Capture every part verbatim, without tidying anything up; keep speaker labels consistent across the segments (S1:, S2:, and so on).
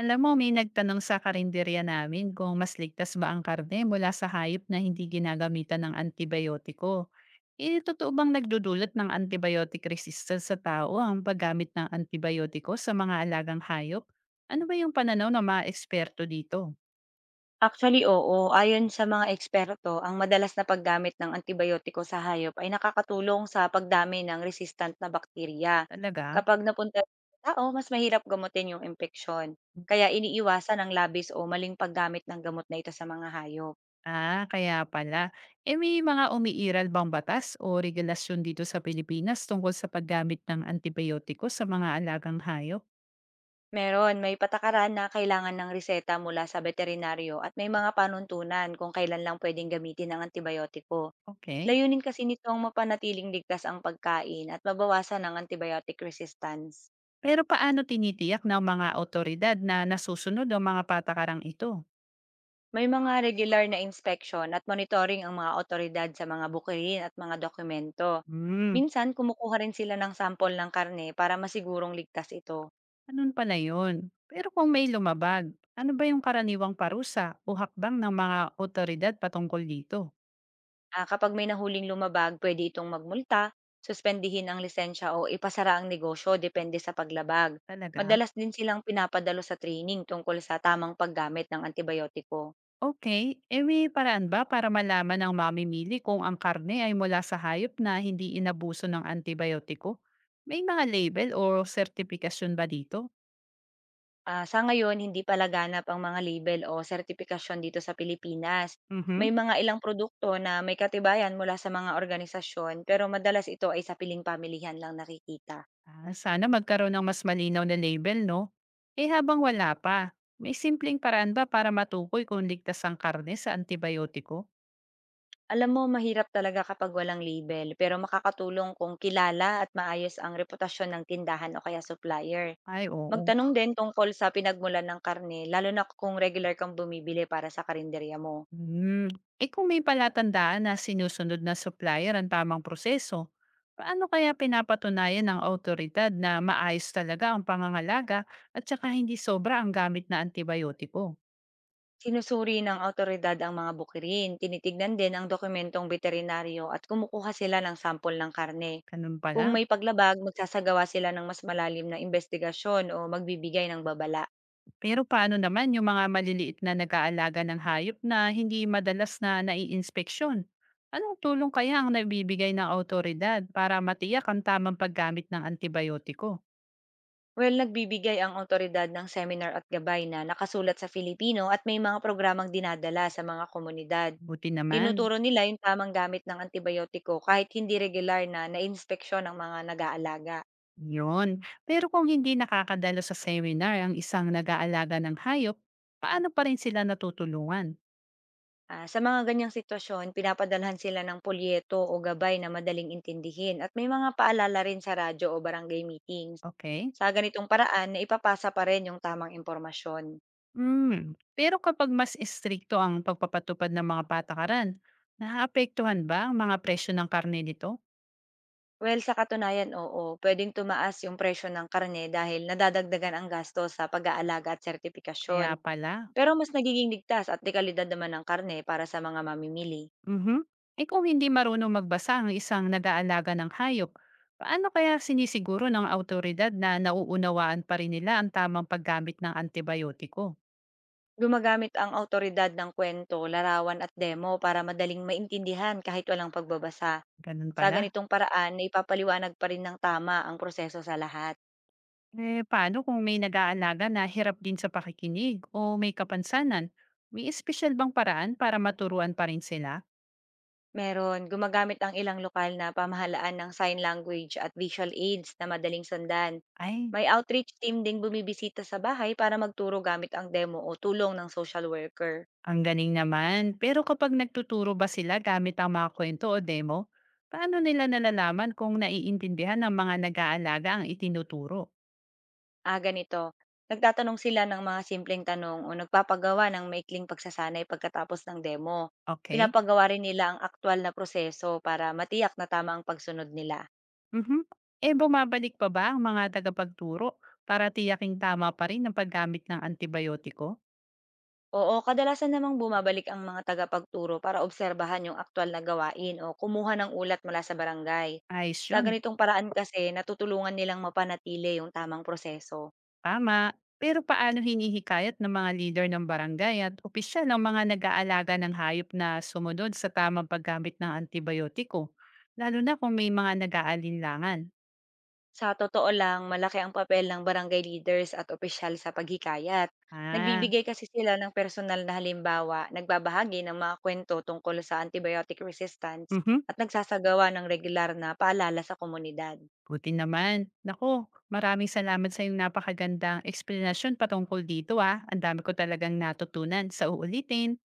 S1: Alam mo, may nagtanong sa karinderya namin kung mas ligtas ba ang karne mula sa hayop na hindi ginagamitan ng antibiotiko. Eh, totoo bang nagdudulot ng antibiotic resistance sa tao ang paggamit ng antibiotiko sa mga alagang hayop? Ano ba yung pananaw ng mga eksperto dito?
S2: Actually, oo. Ayon sa mga eksperto, ang madalas na paggamit ng antibiotiko sa hayop ay nakakatulong sa pagdami ng resistant na bakterya.
S1: Talaga?
S2: Kapag napunta sa tao, mas mahirap gamutin yung impeksyon. Kaya iniiwasan ang labis o maling paggamit ng gamot na ito sa mga hayop.
S1: Ah, kaya pala. Eh, may mga umiiral bang batas o regulasyon dito sa Pilipinas tungkol sa paggamit ng antibiotiko sa mga alagang hayop?
S2: Meron, may patakaran na kailangan ng reseta mula sa veterinaryo at may mga panuntunan kung kailan lang pwedeng gamitin ang antibiotiko.
S1: Okay.
S2: Layunin kasi nito ang mapanatiling ligtas ang pagkain at mabawasan ang antibiotic resistance.
S1: Pero paano tinitiyak ng mga awtoridad na nasusunod ang mga patakarang ito?
S2: May mga regular na inspeksyon at monitoring ang mga awtoridad sa mga bukirin at mga dokumento.
S1: Hmm,
S2: Minsan, kumukuha rin sila ng sampol ng karne para masigurong ligtas ito.
S1: Ganun pala yun. Pero kung may lumabag, ano ba yung karaniwang parusa o hakbang ng mga awtoridad patungkol dito?
S2: Ah, kapag may nahuling lumabag, pwede itong magmulta, suspendihin ang lisensya o ipasara ang negosyo depende sa paglabag.
S1: Talaga?
S2: Madalas din silang pinapadalo sa training tungkol sa tamang paggamit ng antibiotiko.
S1: Okay, e may paraan ba para malaman ng mamimili kung ang karne ay mula sa hayop na hindi inabuso ng antibiotiko? May mga label o sertifikasyon ba dito?
S2: Ah, sa ngayon hindi palaganap ang mga label o sertipikasyon dito sa Pilipinas. May
S1: Mhm.
S2: mga ilang produkto na may katibayan mula sa mga organisasyon pero madalas ito ay sa piling pamilihan lang nakikita.
S1: Ah, sana magkaroon ng mas malinaw na label, no? Eh habang wala pa, may simpleng paraan ba para matukoy kung ligtas ang karne sa antibiotiko?
S2: Alam mo, mahirap talaga kapag walang label pero makakatulong kung kilala at maayos ang reputasyon ng tindahan o kaya supplier.
S1: Ay, oo.
S2: Magtanong din tungkol sa pinagmulan ng karne lalo na kung regular kang bumibili para sa karinderya mo.
S1: Hmm. Eh kung may palatandaan na sinusunod na supplier ang tamang proseso, paano kaya pinapatunayan ng autoridad na maayos talaga ang pangangalaga at saka hindi sobra ang gamit na antibiotiko?
S2: Sinusuri ng autoridad ang mga bukirin, tinitignan din ang dokumentong veterinaryo at kumukuha sila ng sampol ng karne.
S1: Ganun
S2: Kung
S1: pala.
S2: may paglabag, magsasagawa sila ng mas malalim na investigasyon o magbibigay ng babala.
S1: Pero paano naman yung mga maliliit na nag-aalaga ng hayop na hindi madalas na naiinspeksyon? Anong tulong kaya ang nabibigay ng autoridad para matiyak ang tamang paggamit ng antibiotiko?
S2: Well, nagbibigay ang autoridad ng seminar at gabay na nakasulat sa Filipino at may mga programang dinadala sa mga komunidad.
S1: Buti naman.
S2: Tinuturo nila yung tamang gamit ng antibiotiko kahit hindi regular na nainspeksyon ng mga nag-aalaga.
S1: Yun. Pero kung hindi nakakadalo sa seminar ang isang nag-aalaga ng hayop, paano pa rin sila natutulungan?
S2: Ah, sa mga ganyang sitwasyon, pinapadalhan sila ng polyeto o gabay na madaling intindihin at may mga paalala rin sa radyo o barangay meetings.
S1: Okay?
S2: Sa ganitong paraan, na ipapasa pa rin yung tamang impormasyon.
S1: Hmm. Pero kapag mas istrikto ang pagpapatupad ng mga patakaran, naapektuhan ba ang mga presyo ng karne nito?
S2: Well, sa katunayan, oo, pwedeng tumaas yung presyo ng karne dahil nadadagdagan ang gastos sa pag-aalaga at sertifikasyon.
S1: Kaya pala.
S2: Pero mas nagiging ligtas at dekalidad naman ng karne para sa mga mamimili.
S1: Mhm. Eh kung hindi marunong magbasa ang isang nag-aalaga ng hayop, paano kaya sinisiguro ng autoridad na nauunawaan pa rin nila ang tamang paggamit ng antibiotiko?
S2: Gumagamit ang autoridad ng kwento, larawan at demo para madaling maintindihan kahit walang pagbabasa.
S1: Ganun
S2: Sa
S1: pala.
S2: ganitong paraan na ipapaliwanag pa rin ng tama ang proseso sa lahat.
S1: Eh paano kung may nag-aalaga na hirap din sa pakikinig o may kapansanan? May espesyal bang paraan para maturuan pa rin sila?
S2: Meron, gumagamit ang ilang lokal na pamahalaan ng sign language at visual aids na madaling sundan.
S1: Ay,
S2: May outreach team ding bumibisita sa bahay para magturo gamit ang demo o tulong ng social worker.
S1: ang ganing naman. Pero kapag nagtuturo ba sila gamit ang mga kwento o demo, paano nila nalalaman kung naiintindihan ng mga nag-aalaga ang itinuturo?
S2: Ah, ganito. Nagtatanong sila ng mga simpleng tanong o nagpapagawa ng maikling pagsasanay pagkatapos ng demo.
S1: Okay.
S2: Pinapagawa rin nila ang aktwal na proseso para matiyak na tama ang pagsunod nila.
S1: Mhm. Eh, bumabalik pa ba ang mga tagapagturo para tiyaking tama pa rin ang paggamit ng antibayotiko?
S2: Oo, kadalasan namang bumabalik ang mga tagapagturo para obserbahan yung aktual na gawain o kumuha ng ulat mula sa barangay.
S1: Ayos
S2: Sa
S1: yun,
S2: ganitong paraan kasi, natutulungan nilang mapanatili yung tamang proseso.
S1: tama. Pero paano hinihikayat ng mga leader ng barangay at opisyal ng mga nag-aalaga ng hayop na sumunod sa tamang paggamit ng antibayotiko, lalo na kung may mga nag-aalinlangan?
S2: Sa totoo lang, malaki ang papel ng barangay leaders at opisyal sa paghikayat.
S1: Ah,
S2: Nagbibigay kasi sila ng personal na halimbawa, nagbabahagi ng mga kwento tungkol sa antibiotic resistance
S1: mhm,
S2: at nagsasagawa ng regular na paalala sa komunidad.
S1: buti naman. Naku, maraming salamat sa iyong napakagandang eksplanasyon patungkol dito, ah. Ang dami ko talagang natutunan. Sa uulitin.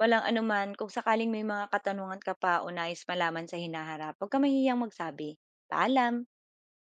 S2: Walang anuman. Kung sakaling may mga katanungan ka pa o nais malaman sa hinaharap, huwag kang mahihiyang magsabi. Paalam!